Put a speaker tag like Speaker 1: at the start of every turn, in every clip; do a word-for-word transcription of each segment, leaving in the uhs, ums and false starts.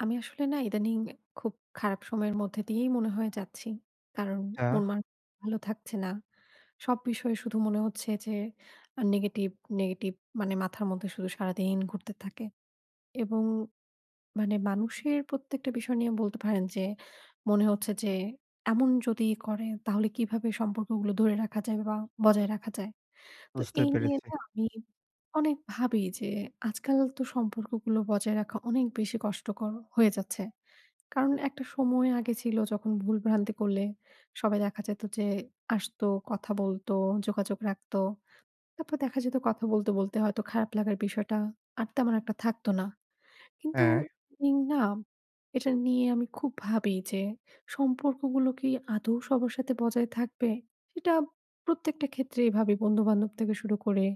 Speaker 1: আমি আসলে না ইদানিং খুব খারাপ সময়ের মধ্যে দিয়েই মনে হয় যাচ্ছি। কারণ
Speaker 2: আচ্ছা,
Speaker 1: মন মানসিক ভালো থাকছে না। সব বিষয়ে শুধু মনে হচ্ছে যে আ নেগেটিভ, নেগেটিভ মানে মাথার মধ্যে শুধু সারাদিন ঘুরতে থাকে। এবং মানে মানুষের প্রত্যেকটা বিষয় নিয়ে বলতে পারেন যে মনে হচ্ছে যে এমন যদি করে তাহলে কিভাবে সম্পর্কগুলো ধরে রাখা যায় বা বজায় রাখা যায়। তো
Speaker 2: বুঝতে
Speaker 1: এই নিয়ে
Speaker 2: পেরেছি।
Speaker 1: না আমি অনেক ভাবি যে আজকাল তো সম্পর্কগুলো বজায় রাখা অনেক বেশি কষ্টকর হয়ে যাচ্ছে। কারণ একটা সময় আগে ছিল যখন ভুলভ্রান্তি করলে সবাই দেখা যেত যে আসতো, কথা বলতো, যোগাযোগ রাখতো। তারপর দেখা যেত কথা বলতে, বলতে হয়তো খারাপ লাগার বিষয়টা আর তেমন একটা থাকতো না। কিন্তু
Speaker 2: হ্যাঁ,
Speaker 1: ইদানিং না এটা নিয়ে আমি খুব ভাবি যে সম্পর্কগুলো কি আদৌ সবার সাথে বজায় থাকবে? সেটা প্রত্যেকটা ক্ষেত্রেই ভাবি বন্ধু-বান্ধব থেকে শুরু করে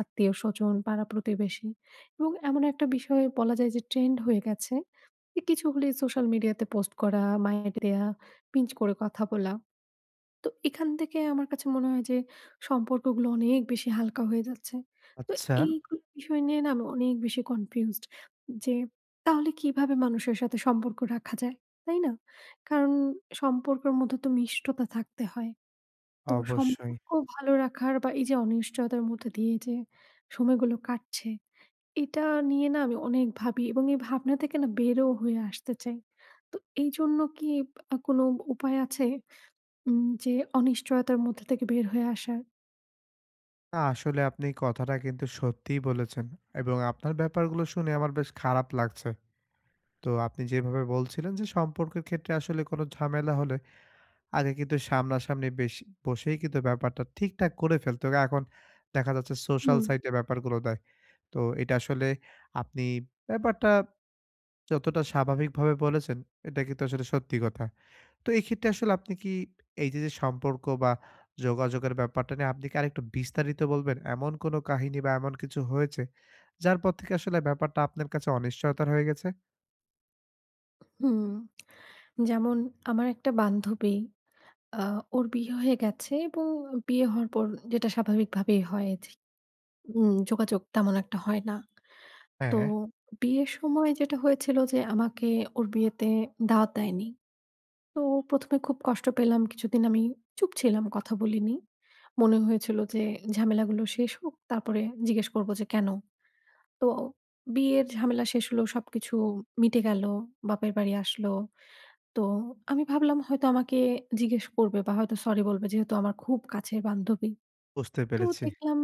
Speaker 1: আত্মীয়স্বজন, পাড়া-প্রতিবেশী এবং এমন একটা বিষয় বলা যায় যে ট্রেন্ড হয়ে গেছে এ কিছু হলেই সোশ্যাল মিডিয়াতে পোস্ট করা, মাইক দেয়া, পিঞ্চ করে কথা বলা। তো এখান থেকে আমার কাছে মনে হয় যে সম্পর্কগুলো অনেক বেশি হালকা হয়ে যাচ্ছে। তো
Speaker 2: আচ্ছা,
Speaker 1: এইগুলো বিষয় নিয়ে না আমি অনেক বেশি কনফিউজড যে তাহলে কিভাবে মানুষের সাথে সম্পর্ক রাখা যায়, তাই না? কারণ সম্পর্কের মধ্যে তো মিষ্টতা থাকতে হয়। তো
Speaker 2: অবশ্যই।
Speaker 1: সম্পর্ক ভালো রাখার বা এই যে অনিশ্চয়তার মধ্যে দিয়ে যে সময়গুলো কাটছে এটা নিয়ে না আমি অনেক ভাবি এবং এই ভাবনা থেকে না বেরও হয়ে আসতে চাই। তো এইজন্য কি আ কোনো উপায় আছে? উম যে অনিশ্চয়তার মধ্যে থেকে বের হয়ে আসার?
Speaker 2: না আসলে আপনি কথাটা কিন্তু সত্যিই বলেছেন, এবং আপনার ব্যাপারগুলো শুনে আমার বেশ খারাপ লাগছে। তো আপনি যেভাবে বলছিলেন যে সম্পর্কের ক্ষেত্রে আসলে কোনো ঝামেলা হলে আগে কিন্তু সামনাসামনি বেশি বসেই কিন্তু ব্যাপারটা ঠিকঠাক করে ফেলত। এখন দেখা যাচ্ছে সোশ্যাল
Speaker 1: হুম,
Speaker 2: সাইটে ব্যাপারগুলো দেয়। তো এটা আসলে আপনি ব্যাপারটা যতটা স্বাভাবিকভাবে বলেছেন, এটা কিন্তু আসলে সত্যি কথা। তো এক্ষেত্রে আসলে আপনি কি এই যে, যে সম্পর্ক বা যোগাযোগের ব্যাপারটা নিয়ে আপনি কি আরেকটু বিস্তারিত বলবেন? এমন কোনো কাহিনী বা এমন কিছু হয়েছে, যার পর থেকে আসলে ব্যাপারটা আপনার কাছে অনিশ্চয়তার হয়ে গেছে?
Speaker 1: হুম। যেমন আমার একটা বান্ধবী, আ ওর বিয়ে হয়ে গেছে এবং বিয়ে হওয়ার পর যেটা স্বাভাবিকভাবেই হয় যে উম যোগাযোগ তেমন একটা হয় না। তো
Speaker 2: হ্যাঁ,
Speaker 1: বিয়ের সময় যেটা হয়েছিল যে আমাকে ওর বিয়েতে দাওয়াত দেয়নি। তো প্রথম এ খুব কষ্ট পেলাম। কিছুদিন আমি চুপ ছিলাম, কথা বলিনি। মনে হয়েছিল যে ঝামেলাগুলো শেষ হোক, তারপরে জিজ্ঞেস করব যে কেন? তো বিয়ের ঝামেলা শেষ হলো, সবকিছু মিটে গেল। বাপের বাড়ি আসলো। তো আমি ভাবলাম হয়তো আমাকে জিজ্ঞেস করবে বা হয়তো সরি বলবে যেহেতু আমার খুব কাছের বান্ধবী।
Speaker 2: বুঝতে
Speaker 1: তো
Speaker 2: পেরেছি।
Speaker 1: দেখলাম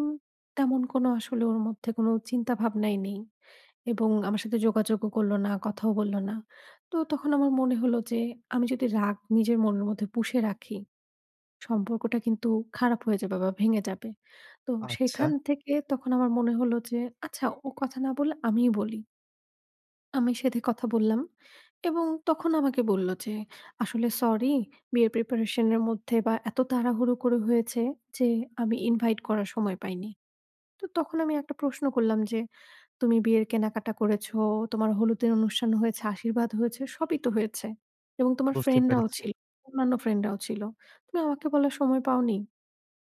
Speaker 1: তেমন কোনো আসলে ওর মধ্যে কোনো চিন্তা ভাবনাই নেই এবং আমার সাথে যোগাযোগও করল না, কথাও বলল না। তো তখন আমার মনে হলো যে আমি যদি রাগ নিজের মনের মধ্যে পুষে রাখি, সম্পর্কটা কিন্তু খারাপ হয়ে যাবে বা ভেঙে যাবে। তো
Speaker 2: আচ্ছা,
Speaker 1: সেখান থেকে তখন আমার মনে হলো যে আচ্ছা ও কথা না বললে আমিই বলি। আমি সেধে কথা বললাম এবং তখন আমাকে বলল যে আসলে সরি বিয়ের প্রিপারেশন এর মধ্যে বা এত তাড়াহুড়ো করে হয়েছে যে আমি ইনভাইট করার সময় পাইনি। তো তখন আমি একটা প্রশ্ন করলাম যে, "তুমি বিয়ের কেনাকাটা করেছো, তোমার হলুদের অনুষ্ঠান হয়েছে, আশীর্বাদ হয়েছে, সবই তো হয়েছে। এবং তোমার
Speaker 2: বুঝতে
Speaker 1: ফ্রেন্ডরাও
Speaker 2: পেরেছি।
Speaker 1: ছিল, অন্যান্য ফ্রেন্ডরাও ছিল। তুমি আমাকে বলার সময় পাওনি?"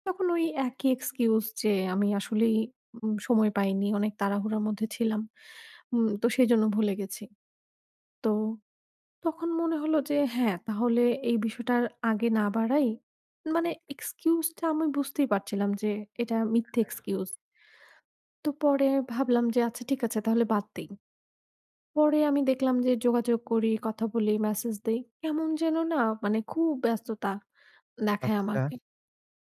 Speaker 1: তখন ওই একই এক্সকিউজ যে, "আমি আসলেই উম সময় পাইনি, অনেক তাড়াহুড়ার মধ্যে ছিলাম। উম তো সেজন্য ভুলে গেছি।" তো তখন মনে হলো যে, হ্যাঁ, তাহলে এই বিষয়টা আর আগে না বাড়াই। মানে এক্সকিউজটা আমি বুঝতেই পারছিলাম যে এটা মিথ্যে এক্সকিউজ। তো পরে ভাবলাম যে আচ্ছা ঠিক আছে তাহলে বাদ দেই। পরে আমি দেখলাম যে যোগাযোগ করি, কথা বলি, মেসেজ দেই। কেমন যেন না মানে খুব ব্যস্ততা দেখায়
Speaker 2: আচ্ছা,
Speaker 1: আমাকে।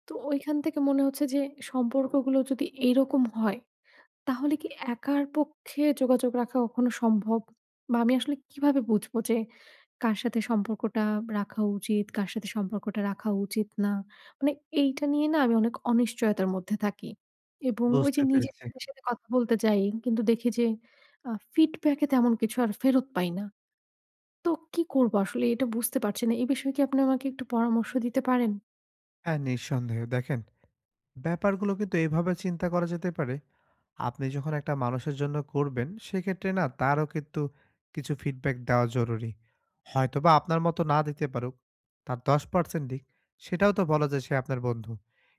Speaker 1: তো ওইখান থেকে মনে হচ্ছে যে সম্পর্কগুলো যদি এইরকম হয় তাহলে কি একার পক্ষে যোগাযোগ রাখা কখনো সম্ভব? বা আমি আসলে কিভাবে বুঝবো যে কার সাথে সম্পর্কটা রাখা উচিত, কার সাথে সম্পর্কটা রাখা উচিত না? মানে এইটা নিয়ে না আমি অনেক অনিশ্চয়তার মধ্যে থাকি। এবং ওই
Speaker 2: বুঝতে
Speaker 1: যে নিজের
Speaker 2: পেরেছি।
Speaker 1: সাথে, সাথে কথা বলতে যাই কিন্তু দেখি যে আ feedback এ তেমন কিছু আর ফেরত পাই না। তো কি করবো আসলে এটা বুঝতে পারছি না। এই বিষয়ে কি আপনি আমাকে একটু পরামর্শ দিতে পারেন?
Speaker 2: হ্যাঁ, নিঃসন্দেহে। দেখেন, ব্যাপারগুলো কিন্তু এভাবে চিন্তা করা যেতে পারে। আপনি যখন একটা মানুষের জন্য করবেন সেক্ষেত্রে না তারও কিন্তু কিছু ফিডব্যাক দেওয়া জরুরি। হয়তোবা আপনার মতো না দিতে পারুক, তার দশ পার্সেন্ট দিক, সেটাও তো বলা যায় সে আপনার বন্ধু।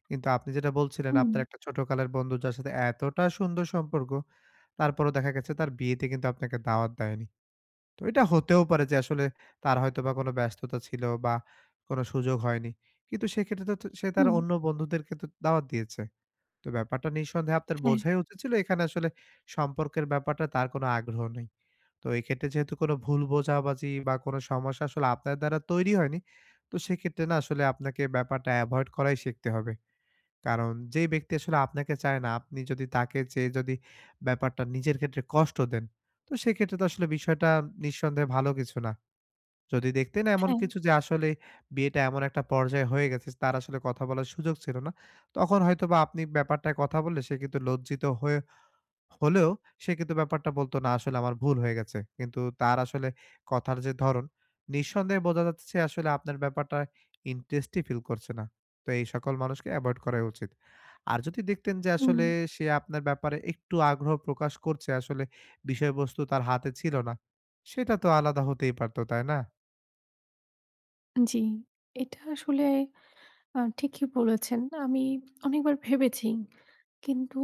Speaker 2: কিন্তু আপনি যেটা বলছিলেন,
Speaker 1: হুম,
Speaker 2: আপনার একটা ছোটকালের বন্ধু যার সাথে এতটা সুন্দর সম্পর্ক, তারপরও দেখা গেছে তার বিয়েতে কিন্তু আপনাকে দাওয়াত দেয়নি। তো এটা হতেও পারে যে আসলে তার হয়তোবা কোনো ব্যস্ততা ছিল বা কোনো সুযোগ হয়নি। কিন্তু সেক্ষেত্রে তো সে তার
Speaker 1: হুম।
Speaker 2: অন্য বন্ধুদেরকে তো দাওয়াত দিয়েছে। তো ব্যাপারটা নিঃসন্দেহে আপনার
Speaker 1: হ্যাঁ,
Speaker 2: বোঝাই উচিত ছিল এখানে আসলে সম্পর্কের ব্যাপারটা তার কোনো আগ্রহ নেই। তো এক্ষেত্রে যেহেতু কোনো ভুল বোঝাবাজি বা কোনো সমস্যা আসলে আপনার দ্বারা তৈরি হয়নি, তো সেক্ষেত্রে না আসলে আপনাকে ব্যাপারটা এভয়েড করাই শিখতে হবে। কারণ যেই ব্যক্তি আসলে আপনাকে চায় না, আপনি যদি তাকে চেয়ে যদি ব্যাপারটা নিজের ক্ষেত্রে কষ্ট দেন, তো সেক্ষেত্রে তো আসলে বিষয়টা নিঃসন্দেহে ভালো কিছু না। যদি দেখতেন এমন
Speaker 1: হ্যাঁ।
Speaker 2: কিছু যে আসলে বিয়েটা এমন একটা পর্যায়ে হয়ে গেছে তার আসলে কথা বলার সুযোগ ছিল না। তখন হয়তোবা আপনি ব্যাপারটায় কথা বললে সে কিন্তু লজ্জিত হয়ে হলেও সে কিন্তু ব্যাপারটা বলত, না আসলে আমার ভুল হয়ে গেছে। কিন্তু তার আসলে কথার যে ধরন, নিঃসন্দেহে বোঝা যাচ্ছে সে আসলে আপনার ব্যাপারটা ইন্টারেস্টই ফিল করছে না। তো এই সকল মানুষকে এভয়েড করাই উচিত। আর যদি দেখতেন যে
Speaker 1: হুম,
Speaker 2: আসলে সে আপনার ব্যাপারে একটু আগ্রহ প্রকাশ করছে, আসলে বিষয়বস্তু তার হাতে ছিল না, সেটা তো আলাদা হতেই পারত, তাই না?
Speaker 1: জি। এটা আসলে আ ঠিকই বলেছেন। আমি অনেকবার ভেবেছি। কিন্তু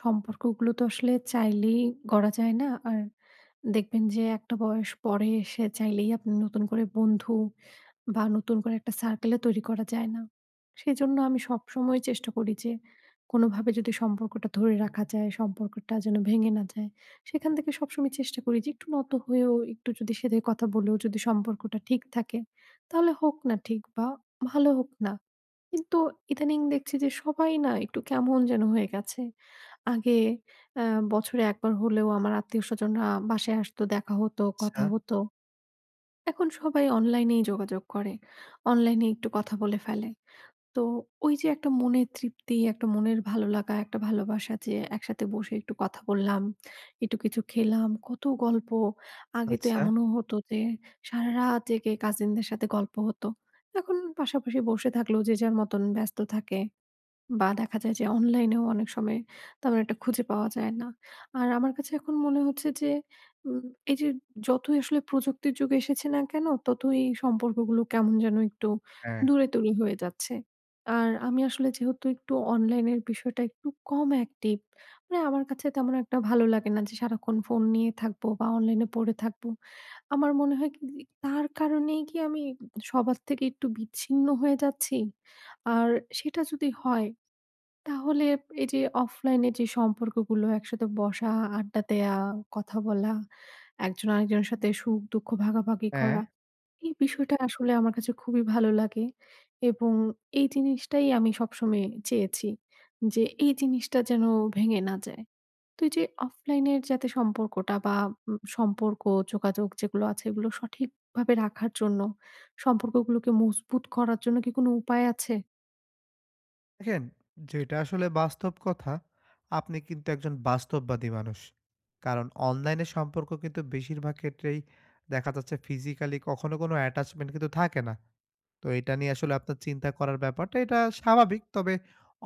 Speaker 1: সম্পর্কগুলো তো আসলে চাইলেই গড়া যায় না। আর দেখবেন যে একটা বয়স পরে এসে চাইলেই আপনি নতুন করে বন্ধু বা নতুন করে একটা সার্কেলও তৈরি করা যায় না। সেজন্য আমি সবসময় চেষ্টা করি যে কোনোভাবে যদি সম্পর্কটা ধরে রাখা যায়, সম্পর্কটা যেন ভেঙে না যায়। সেখান থেকে সবসময় চেষ্টা করি যে একটু নত হয়েও একটু যদি সেধে কথা বলেও যদি সম্পর্কটা ঠিক থাকে, তাহলে হোক না ঠিক বা ভালো হোক না। কিন্তু ইদানিং দেখছি যে সবাই না একটু কেমন যেন হয়ে গেছে। আগে আ বছরে একবার হলেও আমার আত্মীয়স্বজনরা বাসায় আসতো, দেখা হতো,
Speaker 2: আচ্ছা,
Speaker 1: কথা হতো। এখন সবাই অনলাইনেই যোগাযোগ করে। অনলাইনে একটু কথা বলে ফেলে। তো ওই যে একটা মনের তৃপ্তি, একটা মনের ভালো লাগা, একটা ভালোবাসা যে একসাথে বসে একটু কথা বললাম, একটু কিছু খেলাম, কত গল্প। আগে তো
Speaker 2: আচ্ছা।
Speaker 1: এমনও হতো যে সারারাত জেগে কাজিনদের সাথে গল্প হতো। এখন পাশাপাশি বসে থাকলেও যে যার মতন ব্যস্ত থাকে। বা দেখা যায় যে অনলাইনেও অনেক সময় তেমন একটা খুঁজে পাওয়া যায় না। আর আমার কাছে এখন মনে হচ্ছে যে উম এই যে যতই আসলে প্রযুক্তির যুগ এসেছে না কেন, ততই এই সম্পর্কগুলো কেমন যেন একটু
Speaker 2: হ্যাঁ,
Speaker 1: দূরে তূরে হয়ে যাচ্ছে। আর আমি আসলে যেহেতু একটু অনলাইনের বিষয়টা একটু কম অ্যাক্টিভ, মানে আমার কাছে তেমন একটা ভালো লাগে না যে সারাক্ষণ ফোন নিয়ে থাকবো বা অনলাইনে পড়ে থাকবো। আমার মনে হয় কি যে তার কারণেই কি আমি সবার থেকে একটু বিচ্ছিন্ন হয়ে যাচ্ছি? আর সেটা যদি হয় তাহলে এই যে অফলাইনে যে সম্পর্কগুলো একসাথে বসা, আড্ডা দেয়া, কথা বলা, একজন আরেকজনের সাথে সুখ-দুঃখ ভাগাভাগি
Speaker 2: হ্যাঁ।
Speaker 1: করা। এই বিষয়টা আসলে আমার কাছে খুবই ভালো লাগে এবং এই জিনিসটাই আমি সবসময় চেয়েছি যে এই জিনিসটা যেন ভেঙে না যায়। তো এই যে অফলাইনের যাতে সম্পর্কটা বা উম সম্পর্ক যোগাযোগ যেগুলো আছে এগুলো সঠিকভাবে রাখার জন্য সম্পর্কগুলোকে মজবুত করার জন্য কি কোনো উপায় আছে?
Speaker 2: দেখেন, যেটা আসলে বাস্তব কথা, আপনি কিন্তু একজন বাস্তববাদী মানুষ। কারণ অনলাইনে সম্পর্ক কিন্তু বেশিরভাগ ক্ষেত্রেই দেখা যাচ্ছে ফিজিক্যালি কখনো কোনো attachment কিন্তু থাকে না। তো এটা নিয়ে আসলে আপনার চিন্তা করার ব্যাপারটা এটা স্বাভাবিক। তবে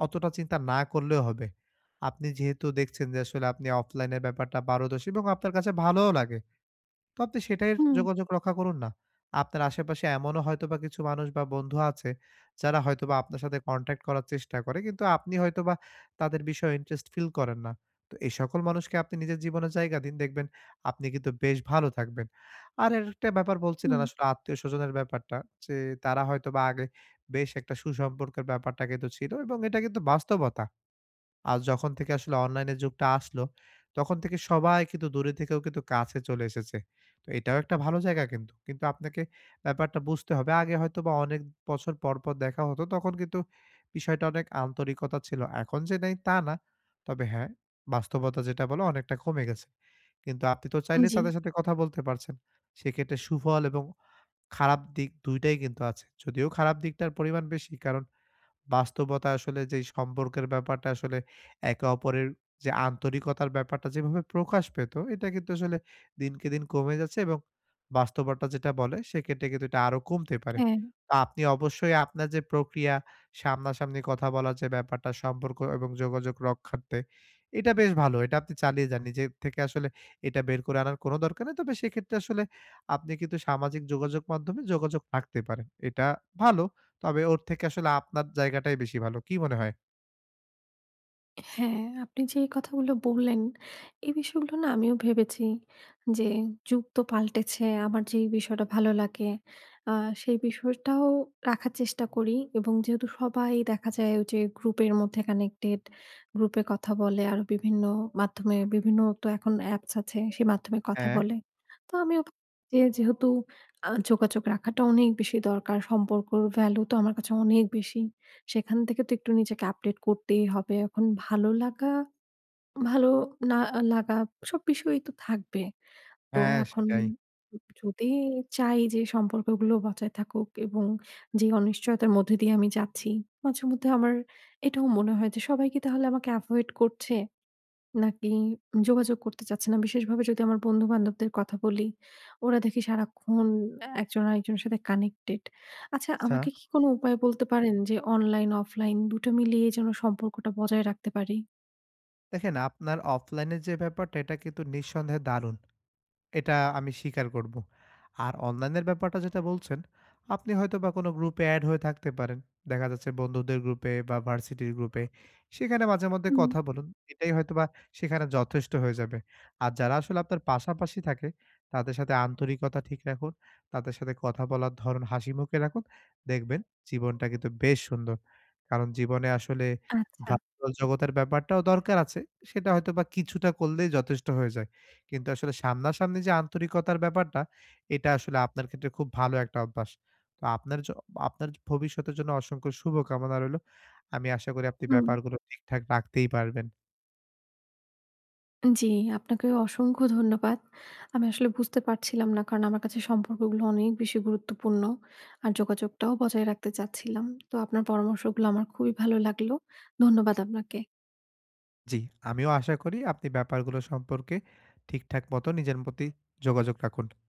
Speaker 2: অতটা চিন্তা না করলেও হবে। আপনি যেহেতু দেখছেন যে আসলে আপনি অফলাইনের ব্যাপারটা পারদর্শী এবং আপনার কাছে ভালোও লাগে। তো আপনি সেটাই
Speaker 1: হুম,
Speaker 2: যোগাযোগ রক্ষা করুন না। আপনার আশেপাশে এমনও হয়তোবা কিছু মানুষ বা বন্ধু আছে, যারা হয়তোবা আপনার সাথে কনট্যাক্ট করার চেষ্টা করে। কিন্তু আপনি হয়তোবা তাদের বিষয়ে ইন্টারেস্ট ফিল করেন না। তো এই সকল মানুষকে আপনি নিজের জীবনে জায়গা দিন, দেখবেন আপনি কিন্তু বেশ ভালো থাকবেন। আর আরেকটা ব্যাপার বলছিলেন
Speaker 1: হুম।
Speaker 2: আসলে আত্মীয়স্বজনের ব্যাপারটা যে, তারা হয়তোবা আগে বেশ একটা সুসম্পর্কের ব্যাপারটা কিন্তু ছিল এবং এটা কিন্তু বাস্তবতা। আর যখন থেকে আসলে অনলাইনের যুগটা আসলো, তখন থেকে সবাই কিন্তু দূরে থেকেও কিন্তু কাছে চলে এসেছে। তো এটাও একটা ভালো জায়গা কিন্তু। কিন্তু আপনাকে ব্যাপারটা বুঝতে হবে। আগে হয়তোবা অনেক বছর পর, পর দেখা হতো। তখন কিন্তু বিষয়টা অনেক আন্তরিকতা ছিল। এখন যে নেই তা না। তবে হ্যাঁ, বাস্তবতা যেটা বলে অনেকটা কমে গেছে। কিন্তু আপনি তো চাইলে
Speaker 1: জি,
Speaker 2: তাদের সাথে কথা বলতে পারছেন। সেক্ষেত্রে সুফল এবং খারাপ দিক দুই টাই কিন্তু আছে। যদিও খারাপ দিকটার পরিমাণ বেশি। কারণ বাস্তবতা আসলে যেই সম্পর্কের ব্যাপারটা আসলে একে অপরের যে আন্তরিকতার ব্যাপারটা যেভাবে প্রকাশ পেত, এটা কিন্তু আসলে দিনকে দিন কমে যাচ্ছে এবং বাস্তবতা যেটা বলে সেক্ষেত্রে কিন্তু এটা আরো কমতে পারে।
Speaker 1: হ্যাঁ।
Speaker 2: তো আপনি অবশ্যই আপনার যে প্রক্রিয়া, সামনাসামনি কথা বলার যে ব্যাপারটা সম্পর্ক এবং যোগাযোগ রক্ষার্থে, এটা বেশ ভালো। এটা আপনি চালিয়ে যান। নিজের থেকে আসলে এটা বের করে আনার কোনো দরকার নেই। তবে সেক্ষেত্রে আসলে আপনি কিন্তু সামাজিক যোগাযোগ মাধ্যমে যোগাযোগ রাখতে পারেন। এটা ভালো। তবে ওর থেকে আসলে আপনার জায়গাটাই বেশি ভালো। কি মনে হয়?
Speaker 1: হ্যাঁ, আপনি যে এই কথাগুলো বললেন, এই বিষয়গুলো না আমিও ভেবেছি যে যুগ তো পাল্টেছে। আমার যেই বিষয়টা ভালো লাগে আ সেই বিষয়টাও রাখার চেষ্টা করি এবং যেহেতু সবাই দেখা যায় ওই যে গ্রুপের মধ্যে কানেক্টেড, গ্রুপে কথা বলে আরো বিভিন্ন মাধ্যমে বিভিন্ন তো এখন অ্যাপস আছে সেই মাধ্যমে কথা
Speaker 2: হ্যাঁ,
Speaker 1: বলে। তো আমিও ভাবছি যে যেহেতু আ যোগাযোগ রাখাটা অনেক বেশি দরকার, সম্পর্কর ভ্যালু তো আমার কাছে অনেক বেশি। সেখান থেকে তো একটু নিজেকে আপডেট করতেই হবে। এখন ভালো লাগা, ভালো না লাগা সব বিষয়ই তো থাকবে। তো
Speaker 2: হ্যাঁ
Speaker 1: এখন
Speaker 2: সেটাই।
Speaker 1: যদি চাই যে সম্পর্কগুলো বজায় থাকুক এবং যে অনিশ্চয়তার মধ্যে দিয়ে আমি যাচ্ছি, মাঝে মধ্যে আমার এটাও মনে হয় যে সবাই কি তাহলে আমাকে এভয়েড করছে? নাকি যোগাযোগ করতে চাচ্ছে না। বিশেষভাবে যদি আমার বন্ধু-বান্ধবদের কথা বলি, ওরা দেখি সারাক্ষণ একজন আরেকজনের সাথে কানেক্টেড। আচ্ছা
Speaker 2: আচ্ছা।
Speaker 1: আমাকে কি কোনো উপায় বলতে পারেন যে অনলাইন, অফলাইন দুই টা মিলিয়ে যেন সম্পর্কটা বজায় রাখতে পারি?
Speaker 2: দেখেন, আপনার অফলাইন এর যে ব্যাপারটা এটা কিন্তু নিঃসন্দেহে দারুণ। এটা আমি স্বীকার করব। আর অনলাইনের ব্যাপারটা যেটা বলছেন, আপনি হয়তোবা কোনো গ্রুপে এড হয়ে থাকতে পারেন। দেখা যাচ্ছে বন্ধুদের গ্রুপে বা ভার্সিটির গ্রুপে। সেখানে মাঝে মধ্যে
Speaker 1: হুম।
Speaker 2: কথা বলুন। এটাই হয়তোবা সেখানে যথেষ্ট হয়ে যাবে। আর যারা আসলে আপনার পাশাপাশি থাকে, তাদের সাথে আন্তরিকতা ঠিক রাখুন। তাদের সাথে কথা বলার ধরন হাসিমুখে রাখুন। দেখবেন, জীবনটা কিন্তু বেশ সুন্দর। কারণ জীবনে আসলে
Speaker 1: আচ্ছা।
Speaker 2: ভার্চুয়াল জগতের ব্যাপারটাও দরকার আছে। সেটা হয়তোবা কিছুটা করলেই যথেষ্ট হয়ে যায়। কিন্তু আসলে সামনাসামনি যে আন্তরিকতার ব্যাপারটা, এটা আসলে আপনার ক্ষেত্রে খুব ভালো একটা অভ্যাস। তো আপনার জ আপনার ভবিষ্যতের জন্য অসংখ্য শুভকামনা রইলো। আমি আশা করি আপনি
Speaker 1: হুম।
Speaker 2: ব্যাপারগুলো ঠিকঠাক রাখতেই পারবেন।
Speaker 1: জি, আপনাকেও অসংখ্য ধন্যবাদ। আমি আসলে বুঝতে পারছিলাম না কারণ আমার কাছে সম্পর্কগুলো অনেক বেশি গুরুত্বপূর্ণ। আর যোগাযোগটাও বজায় রাখতে চাচ্ছিলাম। তো আপনার পরামর্শগুলো আমার খুবই ভালো লাগলো। ধন্যবাদ আপনাকে।
Speaker 2: জি, আমিও আশা করি আপনি ব্যাপারগুলো সম্পর্কে ঠিকঠাক মতো নিজের প্রতি যোগাযোগ রাখুন।